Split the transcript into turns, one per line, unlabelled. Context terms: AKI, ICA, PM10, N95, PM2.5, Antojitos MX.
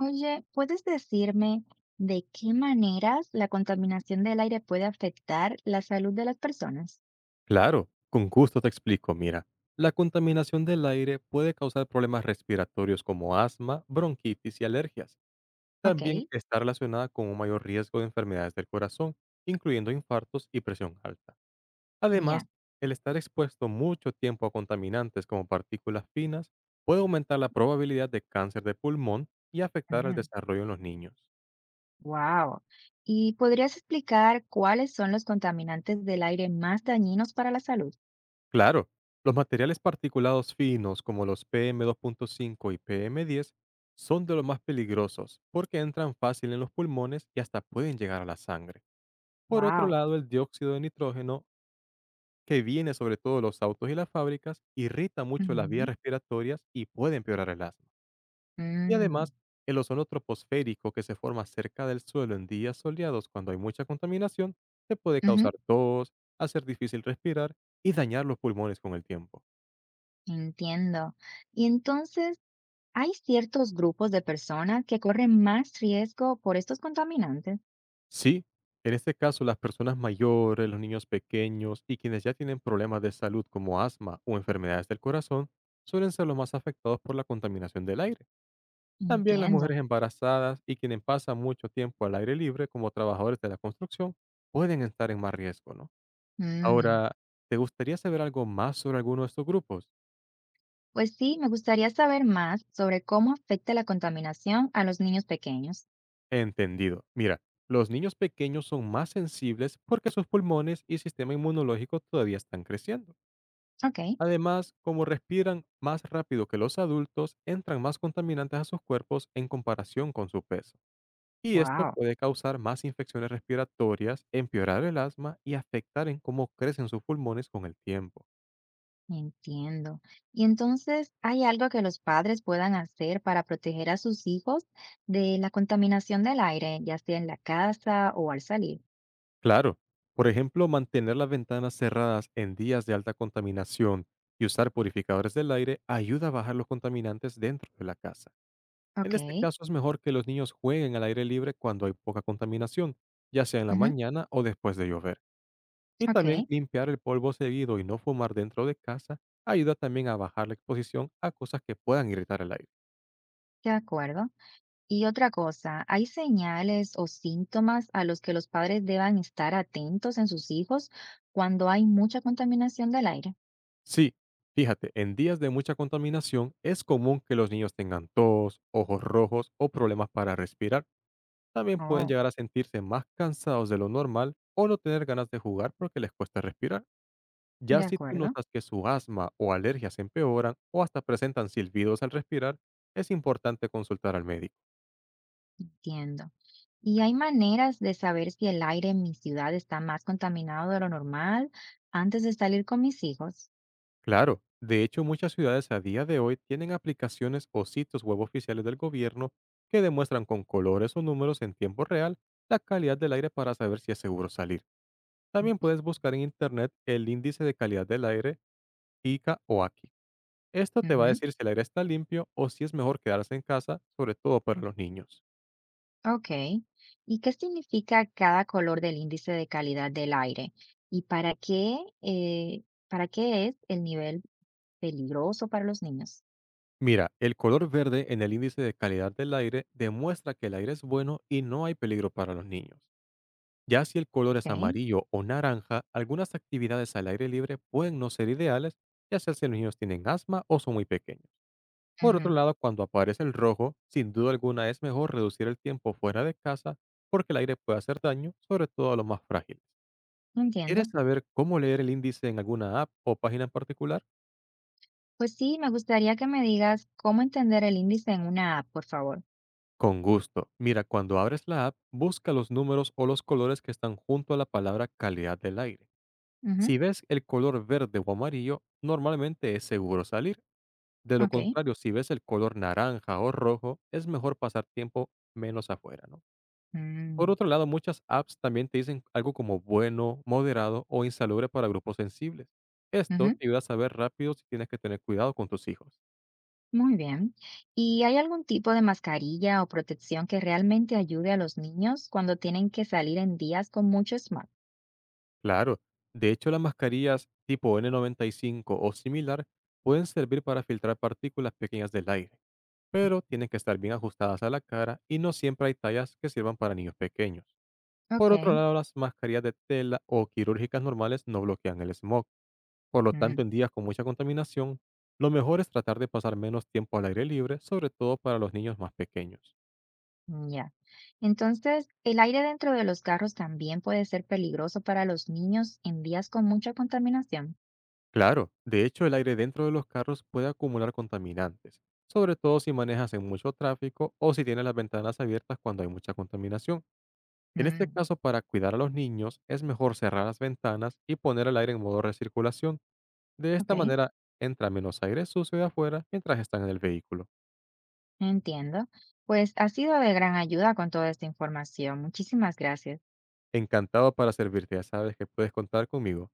Oye, ¿puedes decirme de qué maneras la contaminación del aire puede afectar la salud de las personas?
Claro, con gusto te explico, mira. La contaminación del aire puede causar problemas respiratorios como asma, bronquitis y alergias.
Ok.
También está relacionada con un mayor riesgo de enfermedades del corazón, incluyendo infartos y presión alta. Además,
Ya.
el estar expuesto mucho tiempo a contaminantes como partículas finas puede aumentar la probabilidad de cáncer de pulmón y afectar al desarrollo en los niños.
Wow. ¿Y podrías explicar cuáles son los contaminantes del aire más dañinos para la salud?
Claro, los materiales particulados finos como los PM2.5 y PM10 son de los más peligrosos porque entran fácil en los pulmones y hasta pueden llegar a la sangre. Por otro
Wow.
lado, el dióxido de nitrógeno, que viene sobre todo de los autos y las fábricas, irrita mucho las vías respiratorias y puede empeorar el asma. Y además, el ozono troposférico que se forma cerca del suelo en días soleados cuando hay mucha contaminación, te puede causar tos, hacer difícil respirar y dañar los pulmones con el tiempo.
Entiendo. Y entonces, ¿hay ciertos grupos de personas que corren más riesgo por estos contaminantes?
Sí, en este caso las personas mayores, los niños pequeños y quienes ya tienen problemas de salud como asma o enfermedades del corazón suelen ser los más afectados por la contaminación del aire. También las
Entiendo.
mujeres embarazadas y quienes pasan mucho tiempo al aire libre como trabajadores de la construcción pueden estar en más riesgo, ¿no?
Mm.
Ahora, ¿te gustaría saber algo más sobre alguno de estos grupos?
Pues sí, me gustaría saber más sobre cómo afecta la contaminación a los niños pequeños.
Entendido. Mira, los niños pequeños son más sensibles porque sus pulmones y sistema inmunológico todavía están creciendo.
Ok.
Además, como respiran más rápido que los adultos, entran más contaminantes a sus cuerpos en comparación con su peso. Y esto
Wow.
puede causar más infecciones respiratorias, empeorar el asma y afectar en cómo crecen sus pulmones con el tiempo.
Entiendo. Y entonces, ¿hay algo que los padres puedan hacer para proteger a sus hijos de la contaminación del aire, ya sea en la casa o al salir?
Claro, por ejemplo, mantener las ventanas cerradas en días de alta contaminación y usar purificadores del aire ayuda a bajar los contaminantes dentro de la casa. En
Ok.
este caso es mejor que los niños jueguen al aire libre cuando hay poca contaminación, ya sea en la
Ujú.
mañana o después de llover. Y también
Ok.
limpiar el polvo seguido y no fumar dentro de casa ayuda también a bajar la exposición a cosas que puedan irritar el aire.
De acuerdo. Y otra cosa, ¿hay señales o síntomas a los que los padres deban estar atentos en sus hijos cuando hay mucha contaminación del aire?
Sí, fíjate, en días de mucha contaminación es común que los niños tengan tos, ojos rojos o problemas para respirar. También pueden
Oh.
llegar a sentirse más cansados de lo normal o no tener ganas de jugar porque les cuesta respirar. Ya
De
si tú
acuerdo.
notas que su asma o alergias empeoran o hasta presentan silbidos al respirar, es importante consultar al médico.
Entiendo. ¿Y hay maneras de saber si el aire en mi ciudad está más contaminado de lo normal antes de salir con mis hijos?
Claro, de hecho muchas ciudades a día de hoy tienen aplicaciones o sitios web oficiales del gobierno que demuestran con colores o números en tiempo real la calidad del aire para saber si es seguro salir.
Mm.
También puedes buscar en internet el índice de calidad del aire, ICA o AKI. Esto te va a
Ujú.
decir si el aire está limpio o si es mejor quedarse en casa, sobre todo para los niños.
Ok. ¿Y qué significa cada color del índice de calidad del aire? ¿Y para qué es el nivel peligroso para los niños?
Mira, el color verde en el índice de calidad del aire demuestra que el aire es bueno y no hay peligro para los niños. Ya si el color es
Ok.
amarillo o naranja, algunas actividades al aire libre pueden no ser ideales, ya sea si los niños tienen asma o son muy pequeños. Por otro
Ujú.
lado, cuando aparece el rojo, sin duda alguna es mejor reducir el tiempo fuera de casa porque el aire puede hacer daño, sobre todo a los más frágiles.
Entiendo.
¿Quieres saber cómo leer el índice en alguna app o página en particular?
Pues sí, me gustaría que me digas cómo entender el índice en una app, por favor.
Con gusto. Mira, cuando abres la app, busca los números o los colores que están junto a la palabra calidad del aire.
Ujú.
Si ves el color verde o amarillo, normalmente es seguro salir. De lo
Ok.
contrario, si ves el color naranja o rojo, es mejor pasar tiempo menos afuera, ¿no? Por
Mm.
otro lado, muchas apps también te dicen algo como bueno, moderado o insalubre para grupos sensibles. Esto
Ujú.
te ayuda a saber rápido si tienes que tener cuidado con tus hijos.
Muy bien. ¿Y hay algún tipo de mascarilla o protección que realmente ayude a los niños cuando tienen que salir en días con mucho smog?
Claro, de hecho las mascarillas tipo N95 o similar pueden servir para filtrar partículas pequeñas del aire, pero tienen que estar bien ajustadas a la cara y no siempre hay tallas que sirvan para niños pequeños. Por
Ok.
otro lado, las mascarillas de tela o quirúrgicas normales no bloquean el smog. Por lo tanto,
Mm.
en días con mucha contaminación, lo mejor es tratar de pasar menos tiempo al aire libre, sobre todo para los niños más pequeños.
Ya. Entonces, ¿el aire dentro de los carros también puede ser peligroso para los niños en días con mucha contaminación?
Claro, de hecho, el aire dentro de los carros puede acumular contaminantes, sobre todo si manejas en mucho tráfico o si tienes las ventanas abiertas cuando hay mucha contaminación. En este
Mm.
caso, para cuidar a los niños, es mejor cerrar las ventanas y poner el aire en modo recirculación. De
Ok.
esta manera, entra menos aire sucio de afuera mientras están en el vehículo.
Entiendo. Pues ha sido de gran ayuda con toda esta información. Muchísimas gracias.
Encantado para servirte, ya sabes que puedes contar conmigo.